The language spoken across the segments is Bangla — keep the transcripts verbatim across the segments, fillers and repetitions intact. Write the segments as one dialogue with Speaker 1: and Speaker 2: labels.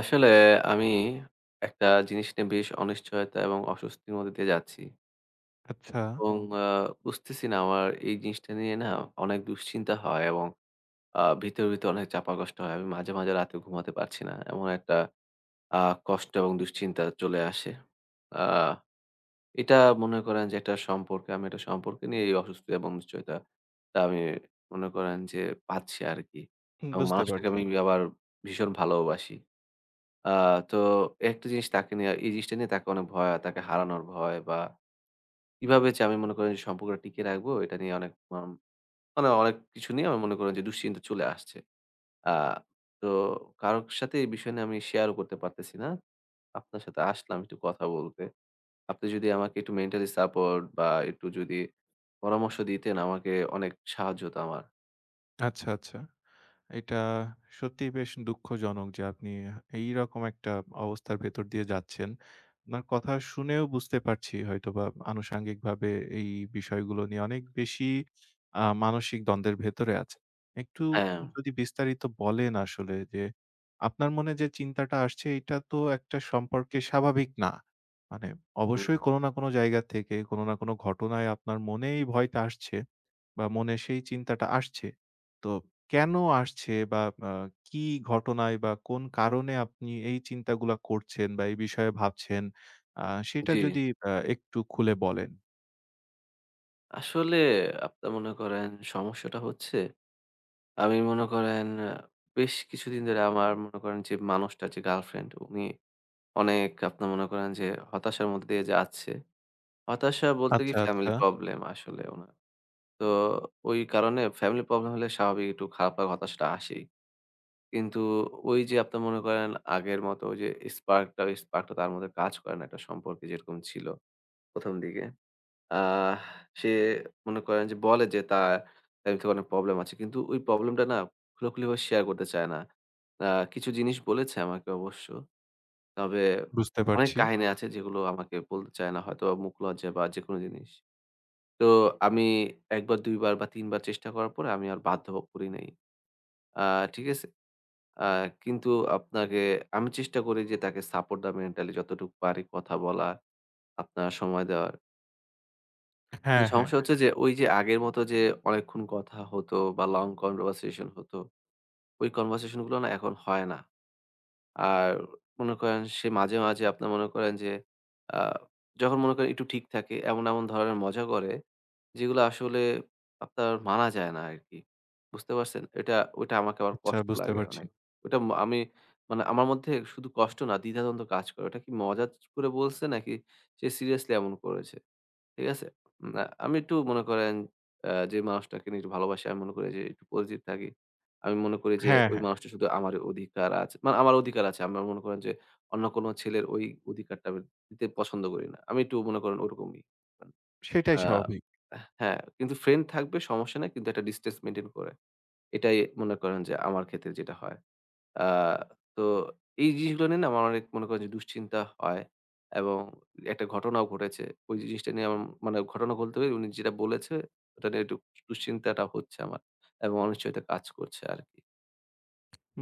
Speaker 1: আসলে আমি একটা জিনিস নিয়ে বেশ অনিশ্চয়তা এবং অস্বস্তির মধ্যে দিয়ে যাচ্ছি
Speaker 2: আচ্ছা,
Speaker 1: এবং আহ, বুঝতেছি না আমার এই জিনিসটা নিয়ে না অনেক দুশ্চিন্তা হয় এবং আহ, ভিতরে ভিতরে অনেক চাপা কষ্ট হয়, আমি মাঝে মাঝে রাতে ঘুমাতে পারছি না, এমন একটা আহ, কষ্ট এবং দুশ্চিন্তা চলে আসে। আহ, এটা মনে করেন যে একটা সম্পর্কে, আমি একটা সম্পর্কে নিয়ে এই অসুস্থতা এবং অনিশ্চয়তা তা আমি মনে করেন যে পাচ্ছি আর কি। এবং
Speaker 2: বুঝতে
Speaker 1: মানুষটাকে
Speaker 2: পারছি।
Speaker 1: আমি আবার ভীষণ ভালোবাসি। আ তো একটা জিনিস তাকে নিয়ে, এই জিনিসটা নিয়ে তাকে অনেক ভয়, তাকে হারানোর ভয়, বা কিভাবে যে আমি মনে করেন যে সম্পর্কটা টিকিয়ে রাখবো এটা নিয়ে অনেক মাম মানে অনেক কিছু নিয়ে আমি মনে করেন যে দুশ্চিন্তা চলে আসছে। আ তো কারো সাথে এই বিষয় নিয়ে আমি শেয়ারও করতে পারতেছি না। আপনার সাথে আসলাম একটু কথা বলতে। আপনি যদি আমাকে একটু মেন্টালি সাপোর্ট বা একটু যদি পরামর্শ দিতেন, আমাকে অনেক সাহায্য হতো আমার।
Speaker 2: আচ্ছা, আচ্ছা। এটা সত্যিই বেশ দুঃখজনক যে আপনি এইরকম একটা অবস্থার ভেতর দিয়ে যাচ্ছেন। আপনার কথা শুনেও বুঝতে পারছি হয়তোবা আনুষাঙ্গিকভাবে এই বিষয়গুলো নিয়ে অনেক বেশি আ মানসিক দ্বন্দ্বের ভেতরে আছেন। একটু
Speaker 1: হ্যাঁ,
Speaker 2: যদি বিস্তারিত বলেন আসলে যে আপনার মনে যে চিন্তাটা আসছে এটা তো একটা সম্পর্কে স্বাভাবিক না। মানে
Speaker 1: হুম,
Speaker 2: অবশ্যই কোনো না কোনো জায়গা থেকে কোনো না কোনো ঘটনায় আপনার মনে এই ভয়টা আসছে বা মনে সেই চিন্তাটা আসছে। তো কেন আসছে বা আ কি ঘটনায় বা কোন কারণে আপনি এই চিন্তাগুলা করছেন বা এই বিষয়ে ভাবছেন, আ সেটা
Speaker 1: জি।
Speaker 2: যদি আ একটু খুলে বলেন।
Speaker 1: আসলে আপনার মনে করেন সমস্যাটা হচ্ছে, আমি মনে করেন আ বেশ কিছুদিন ধরে আমার মনে করেন যে মানুষটা, যে গার্লফ্রেন্ড, উনি অনেক আপনার মনে করেন যে হতাশার মধ্যে দিয়ে যাচ্ছে। হতাশা বলতে কি
Speaker 2: আচ্ছা, আচ্ছা।
Speaker 1: ফ্যামিলি প্রবলেম আসলে উনার। তো ওই কারণে ফ্যামিলি প্রবলেম হলে স্বাভাবিক একটু খারাপ লাগা হতাশাটা আসেই। কিন্তু ওই যে আপনার মনে করেন আগের মতো ওই যে স্পার্কটা, ওই স্পার্কটা তার মধ্যে কাজ করে না, একটা সম্পর্কে যেরকম ছিল ১ম দিকে। আহ সে মনে করেন যে বলে যে তার লাইফ থেকে অনেক প্রবলেম আছে। কিন্তু ওই প্রবলেমটা না খোলাখুলিভাবে শেয়ার করতে চায় না। আ কিছু জিনিস বলেছে আমাকে অবশ্য। তবে
Speaker 2: বুঝতে
Speaker 1: অনেক
Speaker 2: পারছি।
Speaker 1: কাহিনী আছে যেগুলো আমাকে বলতে চায় না, হয়তোবা মুখ লজ্জা বা যেকোনো জিনিস। তো আমি এক বার দুই বার বা তিন বার চেষ্টা করার পরে আমি আর বাধ্য করি নাই। আ ঠিক আছে? আ কিন্তু আপনাকে আমি চেষ্টা করি যে তাকে সাপোর্ট দেওয়া, মেন্টালি যতটুকু পারি কথা বলা, আপনার সময় দেওয়ার। কিন্তু
Speaker 2: হ্যাঁ, হ্যাঁ।
Speaker 1: সমস্যা হচ্ছে যে ওই যে আগের মতো যে অনেকক্ষণ কথা হতো বা লং কনভারসেশন হতো, ওই কনভারসেশন গুলো না এখন হয় না। আর মনে করেন সে মাঝে, মাঝে আপনার মনে করেন যে আ যখন মনে করেন একটু ঠিক থাকে, এমন, এমন ধরনের মজা করে যেগুলো আসলে আপনার মানা যায় না আরকি। বুঝতে পারছেন? এটা, ওইটা আমাকে আবার
Speaker 2: আচ্ছা,
Speaker 1: কষ্ট
Speaker 2: বুঝতে
Speaker 1: লাগে
Speaker 2: পারছি।
Speaker 1: অনেক। ওইটা ম আমি মানে আমার মধ্যে শুধু কষ্ট না, দ্বিধাদ্বন্দ্ব কাজ করে। ওটা কি মজা করে বলছে নাকি সে সিরিয়াসলি এমন করেছে? ঠিক আছে? উম আ আমি একটু মনে করেন আ যে মানুষটাকে নিয়ে একটু ভালোবাসি, আমি মনে করি যে একটু পরিচিত থাকি। আমি মনে করি যে
Speaker 2: হ্যাঁ,
Speaker 1: ওই
Speaker 2: হ্যাঁ।
Speaker 1: মানুষটা শুধু আমারই অধিকার আছে। মানে আমার অধিকার আছে। আমরা মনে করেন যে অন্য কোনো ছেলের ওই অধিকারটা আমি দিতে পছন্দ করি না। আমি একটু মনে করেন ওরকমই।
Speaker 2: সেটাই
Speaker 1: আ
Speaker 2: স্বাভাবিক।
Speaker 1: হ্যাঁ, কিন্তু ফ্রেন্ড থাকবে সমস্যা নাই। কিন্তু একটা ডিসট্যান্স মেইনটেইন করে। এটাই মনে করেন যে আমার ক্ষেত্রে যেটা হয়। আ তো এই জিনিসগুলো নিয়ে না আমার অনেক মনে করেন যে দুশ্চিন্তা হয় এবং একটা ঘটনাও ঘটেছে। ওই জিনিসটা নিয়ে আমার মানে ঘটনা বলতে পারি উনি যেটা বলেছে ওটা নিয়ে একটু দুশ্চিন্তাটা হচ্ছে আমার এবং অনিশ্চয়তা কাজ করছে আরকি।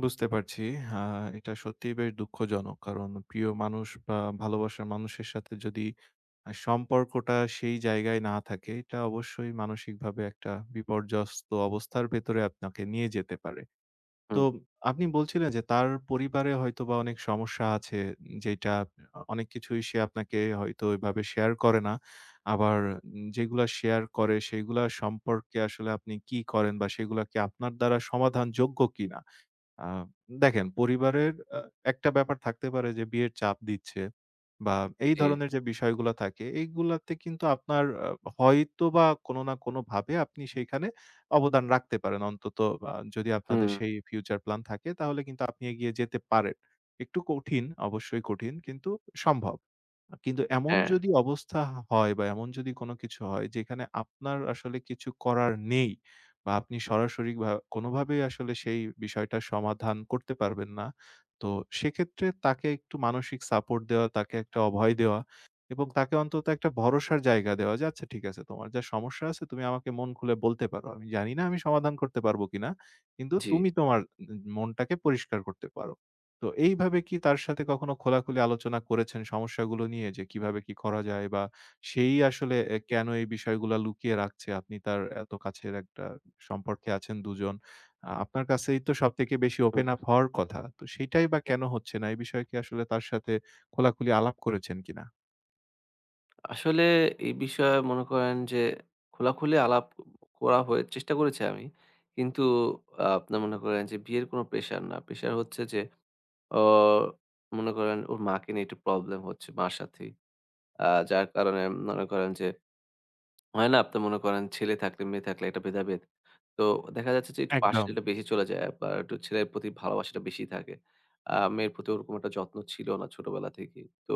Speaker 2: বুঝতে পারছি। আ এটা সত্যিই বেশ দুঃখজনক। কারণ প্রিয় মানুষ বা ভালোবাসার মানুষের সাথে যদি আ সম্পর্কটা সেই জায়গায় না থাকে, এটা অবশ্যই মানসিকভাবে একটা বিপর্যস্ত অবস্থার ভেতরে আপনাকে নিয়ে যেতে পারে। তো
Speaker 1: হুম,
Speaker 2: আপনি বলছিলেন যে তার পরিবারে হয়তোবা অনেক সমস্যা আছে যেটা অনেক কিছুই সে আপনাকে হয়তো ওইভাবে শেয়ার করে না। আবার যেগুলা শেয়ার করে সেগুলা সম্পর্কে আসলে আপনি কি করেন বা সেগুলা কি আপনার দ্বারা সমাধানযোগ্য কিনা? আ দেখেন পরিবারের আ একটা ব্যাপার থাকতে পারে যে বিয়ের চাপ দিচ্ছে বা এই
Speaker 1: জি,
Speaker 2: ধরনের যে বিষয়গুলা থাকে এইগুলাতে কিন্তু আপনার আ হয়তোবা কোনো না কোনোভাবে আপনি সেইখানে অবদান রাখতে পারেন। অন্তত আ যদি আপনাদের
Speaker 1: হুম,
Speaker 2: সেই ফিউচার প্ল্যান থাকে তাহলে কিন্তু আপনি এগিয়ে যেতে পারেন। একটু কঠিন, অবশ্যই কঠিন কিন্তু সম্ভব। আ কিন্তু এমন
Speaker 1: হ্যাঁ,
Speaker 2: যদি অবস্থা হয় বা এমন যদি কোনো কিছু হয় যেখানে আপনার আসলে কিছু করার নেই বা আপনি সরাসরি ভা কোনোভাবেই আসলে সেই বিষয়টার সমাধান করতে পারবেন না। তো সেক্ষেত্রে তাকে একটু মানসিক সাপোর্ট দেওয়া, তাকে একটা অভয় দেওয়া এবং তাকে অন্তত একটা ভরসার জায়গা দেওয়া যে, "আচ্ছা ঠিক আছে তোমার যা সমস্যা আছে তুমি আমাকে মন খুলে বলতে পারো। আমি জানি না আমি সমাধান করতে পারবো কিনা। কিন্তু
Speaker 1: জি,
Speaker 2: তুমি তোমার উম, মনটাকে পরিষ্কার করতে পারো।" তো এইভাবে কি তার সাথে কখনো খোলাখুলি আলোচনা করেছেন সমস্যাগুলো নিয়ে যে কিভাবে কি করা যায়? বা সেই আসলে এ কেন এই বিষয়গুলা লুকিয়ে রাখছে? আপনি তার এত কাছের একটা সম্পর্কে আছেন দুই জন। আ আপনার কাছেই তো সবথেকে বেশি ওপেন
Speaker 1: হুম।
Speaker 2: আপ হওয়ার কথা। তো সেটাই বা কেন হচ্ছে না? এই বিষয়ে কি আসলে তার সাথে খোলাখুলি আলাপ করেছেন কিনা?
Speaker 1: আসলে এই বিষয়ে মনে করেন যে খোলাখুলি আলাপ করা হয়ে চেষ্টা করেছি আমি। কিন্তু আ আপনার মনে করেন যে বিয়ের কোনো প্রেশার না। প্রেশার হচ্ছে যে অ মনে করেন ওর মাকে নিয়ে একটু প্রবলেম হচ্ছে, মার সাথেই। আ যার কারণে মনে করেন যে হয় না? আপনি মনে করেন ছেলে থাকলে মেয়ে থাকলে একটা ভেদাভেদ। তো দেখা যাচ্ছে যে একটু
Speaker 2: একদম।
Speaker 1: পার্সেন্টেজটা বেশি চলে যায় বা একটু ছেলের প্রতি ভালোবাসাটা বেশি থাকে। আ মেয়ের প্রতি ওরকম একটা যত্ন ছিল না ছোটবেলা থেকেই। তো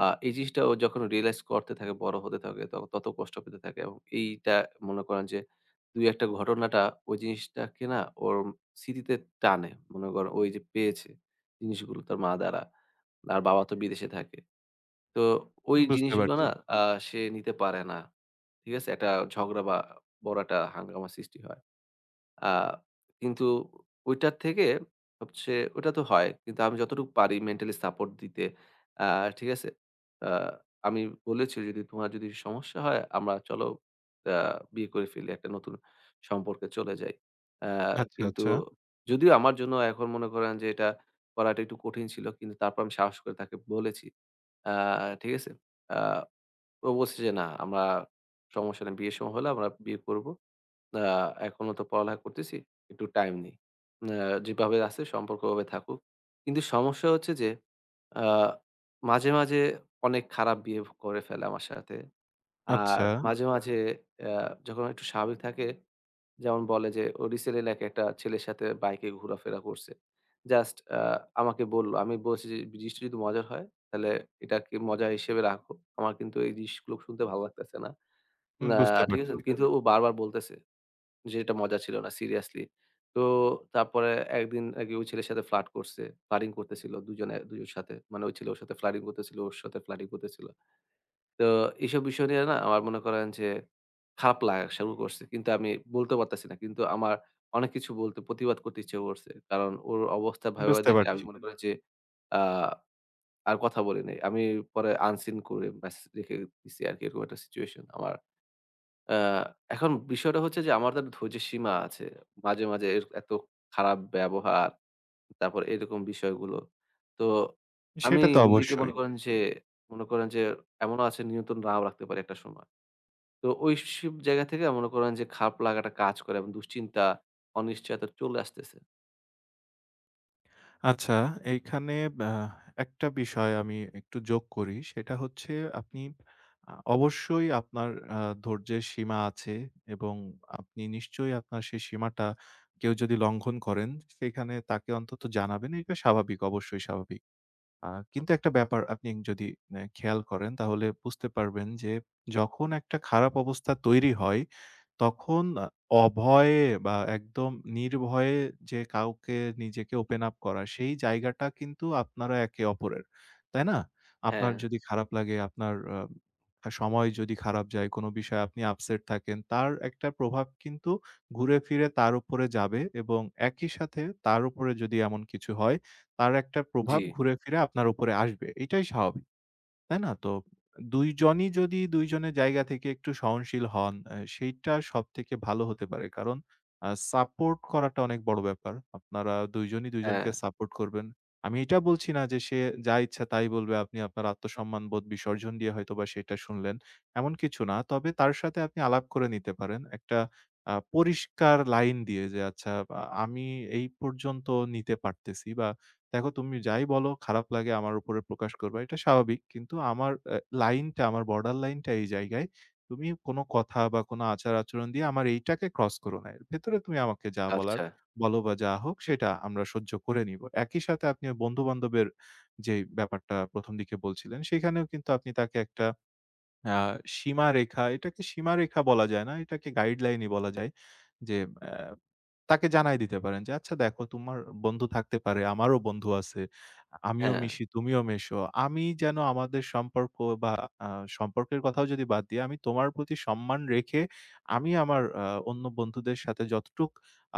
Speaker 1: আ এই জিনিসটা ও যখন রিয়ালাইজ করতে থাকে, বড় হতে থাকে ত তত কষ্ট পেতে থাকে, এবং এইটা মনে করেন যে দুই একটা টা ঘটনাটা ওই জিনিসটাকে না ওর স্মৃতিতে টানে। মনে করেন ওই যে পেয়েছে জিনিসগুলো তার মা দ্বারা। আর বাবা তো বিদেশে থাকে। তো ওই
Speaker 2: বুঝতে
Speaker 1: জিনিসগুলো
Speaker 2: পারছি।
Speaker 1: না হুম। আ সে নিতে পারে না। ঠিক আছে? একটা ঝগড়া বা বড় একটা হাঙ্গামা সৃষ্টি হয়। আ কিন্তু ওইটার থেকে হচ্ছে, ওইটা তো হয়। কিন্তু আমি যতটুকু পারি মেন্টালি সাপোর্ট দিতে আ ঠিক আছে? আ আমি বলেছি যদি তোমার যদি সমস্যা হয় আমরা চলো আ বিয়ে করে ফেলি। একটা নতুন সম্পর্কে চলে যাই। আ
Speaker 2: আচ্ছা,
Speaker 1: কিন্তু
Speaker 2: আচ্ছা।
Speaker 1: যদিও আমার জন্য এখন মনে করেন যে এটা করাটা একটু কঠিন ছিল। কিন্তু তারপর আমি সাহস করে তাকে বলেছি। আ ঠিক আছে? আ ও বলছে যে, "না, আমরা সমস্যা নেই। বিয়ের সময় হলে আমরা বিয়ে করব। আ এখনো তো পড়ালেখা করতেছি। একটু টাইম নেই। আ যেভাবে আছে সম্পর্ক ওভাবে থাকুক।" কিন্তু সমস্যা হচ্ছে যে, আ মাঝে, মাঝে অনেক খারাপ বিহেভ করে ফেলে আমার সাথে। আর
Speaker 2: আচ্ছা,
Speaker 1: মাঝে, মাঝে আ যখন একটু স্বাভাবিক থাকে, যেমন বলে যে, ও রিসেন্টলি নাকি একটা ছেলের সাথে বাইকে ঘোরাফেরা করছে। জাস্ট আ আমাকে বলল। আমি বলছি যে, "জিনিসটা যদি মজার হয়, তাহলে এটাকে মজা হিসেবে রাখো। আমার কিন্তু এই জিনিসগুলো শুনতে ভালো লাগতেছে না।"
Speaker 2: উম,
Speaker 1: না,
Speaker 2: বুঝতে
Speaker 1: ঠিক আছে?
Speaker 2: পারছি,
Speaker 1: কিন্তু ও বারবার বলতেছে যে, "এটা মজা ছিল না, সিরিয়াসলি।" তো তারপরে একদিন নাকি ওই ছেলের সাথে ফ্লার্ট করছে। ফ্লার্টিং করতেছিল দুজনে, দুজনের সাথে। মানে ওই ছেলে ওর সাথে ফ্লার্টিং করতেছিল, ওর সাথে ফ্লার্টিং করতেছিল। তো এইসব বিষয় নিয়ে না আমার মনে করেন যে খারাপ লাগা শুরু করছে। কিন্তু আমি বলতে পারতেছি না। কিন্তু আমার অনেক কিছু বলতে, প্রতিবাদ করতে ইচ্ছে করছে। কারণ ওর অবস্থা ভাইবা
Speaker 2: বুঝতে
Speaker 1: দেখে আমি
Speaker 2: পারছি।
Speaker 1: মনে করি যে আ আর কথা বলি নাই। আমি পরে আনসিন করে মেসেজ রেখে দিছি আরকি, এরকম একটা সিচুয়েশন আমার। আ এখন বিষয়টা হচ্ছে যে আমার তো একটা ধৈর্যের সীমা আছে। মাঝে, মাঝে এর এত খারাপ ব্যবহার, তারপর এরকম বিষয়গুলো। তো আমি
Speaker 2: সেটা তো
Speaker 1: নিজেকে
Speaker 2: অবশ্যই।
Speaker 1: মনে করেন যে মনে করেন যে এমনও আছে নিয়ন্ত্রণ নাও রাখতে পারি একটা সময়। তো ওইসব জায়গা থেকে মনে করেন যে খারাপ লাগাটা কাজ করে এবং দুশ্চিন্তা, অনিশ্চয়তা চলে আসতেছে।
Speaker 2: আচ্ছা, এইখানে আ একটা বিষয় আমি একটু যোগ করি। সেটা হচ্ছে আপনি আ অবশ্যই আপনার আ ধৈর্যের সীমা আছে এবং আপনি নিশ্চয়ই আপনার সেই সীমাটা কেউ যদি লঙ্ঘন করেন, সেখানে তাকে অন্তত জানাবেন। এটা স্বাভাবিক, অবশ্যই স্বাভাবিক। আ কিন্তু একটা ব্যাপার আপনি যদি অ্যা খেয়াল করেন তাহলে বুঝতে পারবেন যে, যখন একটা খারাপ অবস্থা তৈরি হয়, তখন আ অভয়ে বা একদম নির্ভয়ে যে কাউকে নিজেকে ওপেন আপ করা, সেই জায়গাটা কিন্তু আপনারা একে অপরের। তাই না? আপনার
Speaker 1: হ্যাঁ,
Speaker 2: যদি খারাপ লাগে, আপনার আ সময় যদি খারাপ যায়, কোনো বিষয়ে আপনি আপসেট থাকেন, তার একটা প্রভাব কিন্তু ঘুরে ফিরে তার উপরে যাবে এবং একই সাথে তার উপরে যদি এমন কিছু হয়, তার একটা প্রভাব
Speaker 1: জি,
Speaker 2: ঘুরে ফিরে আপনার উপরে আসবে। এটাই স্বাভাবিক। তাই না? তো দুই জনই যদি দুই জনের জায়গা থেকে একটু সহনশীল হন, অ্যা সেইটা সবথেকে ভালো হতে পারে। কারণ আ সাপোর্ট করাটা অনেক বড় ব্যাপার। আপনারা দুই জনই দুই
Speaker 1: হ্যাঁ।
Speaker 2: জনকে সাপোর্ট করবেন। আমি এটা বলছি না যে সে যা ইচ্ছা তাই বলবে, আপনি আপনার আত্মসম্মানবোধ বিসর্জন দিয়ে হয়তোবা সেটা শুনলেন। এমন কিছু না। তবে তার সাথে আপনি আলাপ করে নিতে পারেন। একটা আ পরিষ্কার লাইন দিয়ে যে, "আচ্ছা আ আমি এই পর্যন্ত নিতে পারতেছি বা দেখো তুমি যাই বলো খারাপ লাগে আমার উপরে প্রকাশ করবা। এটা স্বাভাবিক। কিন্তু আমার আ লাইনটা আমার বর্ডার লাইনটা এই জায়গায়। তুমি কোন কথা বা কোন আচার-আচরণ দিয়ে আমার এইটাকে ক্রস করো না। এর ভেতরে তুমি আমাকে যা বলার
Speaker 1: আচ্ছা।
Speaker 2: বলো বা যা হোক সেটা আমরা সহ্য করে নিবো। একই সাথে আপনি বন্ধু-বান্ধবের যে ব্যাপারটা প্রথম দিকে বলছিলেন সেখানেও কিন্তু আপনি তাকে একটা আ সীমারেখা এটাকে সীমারেখা বলা যায় না। এটাকে গাইডলাইনই বলা যায়। যে অ্যা তাকে জানায় দিতে পারেন যে, "আচ্ছা দেখো তোমার বন্ধু থাকতে পারে, আমারও বন্ধু আছে। আমিও
Speaker 1: হ্যাঁ,
Speaker 2: মিশি, তুমিও মেশো। আমি যেন আমাদের সম্পর্ক বা আ সম্পর্কের কথাও যদি বাদ দিই, আমি তোমার প্রতি সম্মান রেখে আমি আমার আ অন্য বন্ধুদের সাথে যতটুক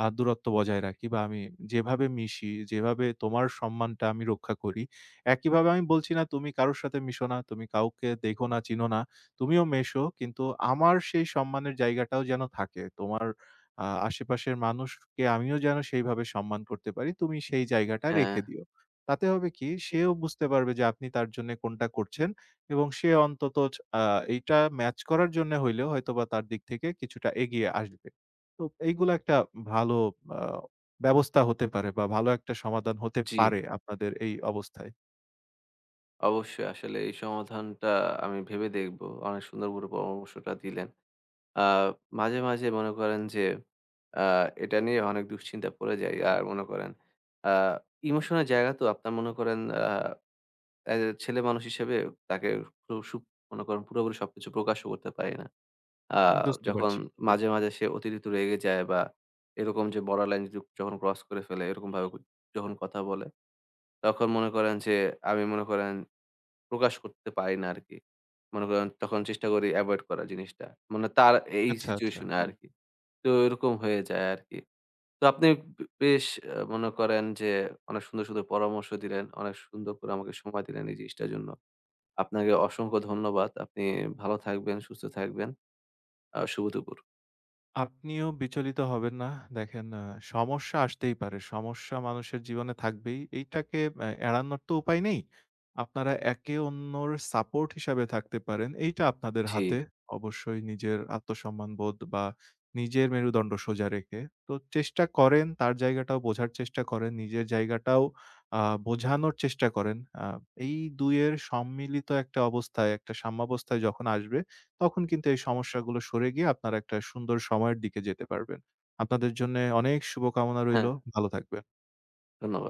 Speaker 2: আ দূরত্ব বজায় রাখি বা আমি যেভাবে মিশি, যেভাবে তোমার সম্মানটা আমি রক্ষা করি, একইভাবে আমি বলছি না তুমি কারো সাথে মিশো না, তুমি কাউকে দেখো না, চিনো না। তুমিও মেশো। কিন্তু আমার সেই সম্মানের জায়গাটাও যেন থাকে। তোমার আ আশেপাশের মানুষকে আমিও যেন সেইভাবে সম্মান করতে পারি। তুমি সেই জায়গাটা
Speaker 1: হ্যাঁ,
Speaker 2: রেখে দিও। তাতে হবে কি সেও বুঝতে পারবে যে আপনি তার জন্যে কোনটা করছেন এবং সে অন্তত চ আ এইটা ম্যাচ করার জন্যে হইলেও হয়তোবা তার দিক থেকে কিছুটা এগিয়ে আসবে। তো এইগুলো একটা ভালো আ ব্যবস্থা হতে পারে বা ভালো একটা সমাধান হতে
Speaker 1: জি।
Speaker 2: পারে আপনাদের এই অবস্থায়।
Speaker 1: অবশ্যই আসলে এই সমাধানটা আমি ভেবে দেখব। অনেক সুন্দর করে পরামর্শটা দিলেন। আ মাঝে, মাঝে মনে করেন যে আ এটা নিয়ে অনেক দুশ্চিন্তায় পড়ে যাই। আর মনে করেন আ ইমোশনের জায়গা তো আপনার মনে করেন আ অ্যাজ এ ছেলে মানুষ হিসেবে তাকে সু সু মনে করেন পুরোপুরি সবকিছু প্রকাশও করতে পারি না। আ
Speaker 2: উম বুঝতে
Speaker 1: যখন
Speaker 2: পারছি।
Speaker 1: মাঝে, মাঝে সে অতিরিক্ত রেগে যায় বা এরকম যে বর্ডার লাইন য যখন ক্রস করে ফেলে এরকমভাবে যখন কথা বলে, তখন মনে করেন যে আমি মনে করেন প্রকাশ করতে পারি না আরকি। মনে করেন তখন চেষ্টা করি এভয়েড করার জিনিসটা। মানে তার এই
Speaker 2: আচ্ছা, আচ্ছা।
Speaker 1: সিচুয়েশনে আরকি। তো এরকম হয়ে যায় আরকি। তো আপনি বে বেশ আ মনে করেন যে অনেক সুন্দর, সুন্দর পরামর্শ দিলেন। অনেক সুন্দর করে আমাকে সময় দিলেন এই জিনিসটার জন্য। আপনাকে অসংখ্য ধন্যবাদ। আপনি ভালো থাকবেন, সুস্থ থাকবেন। আ শুভ দুপুর।
Speaker 2: আপনিও বিচলিত হবেন না। দেখেন আ সমস্যা আসতেই পারে। সমস্যা মানুষের জীবনে থাকবেই। এইটাকে আ এড়ানোর তো উপায় নেই। আপনারা একে অন্যর সাপোর্ট হিসাবে থাকতে পারেন। এইটা আপনাদের
Speaker 1: জি,
Speaker 2: হাতে। অবশ্যই নিজের আত্মসম্মান বোধ বা নিজের মেরুদণ্ড সোজা রেখে। তো চেষ্টা করেন তার জায়গাটাও বোঝার চেষ্টা করেন। নিজের জায়গাটাও আ বোঝানোর চেষ্টা করেন। আ এই দুই এর সম্মিলিত একটা অবস্থায়, একটা সাম্যাবস্থায় যখন আসবে তখন কিন্তু এই সমস্যাগুলো সরে গিয়ে আপনারা একটা সুন্দর সময়ের দিকে যেতে পারবেন। আপনাদের জন্যে অনেক শুভকামনা
Speaker 1: হ্যাঁ,
Speaker 2: রইলো। ভালো থাকবেন।
Speaker 1: ধন্যবাদ।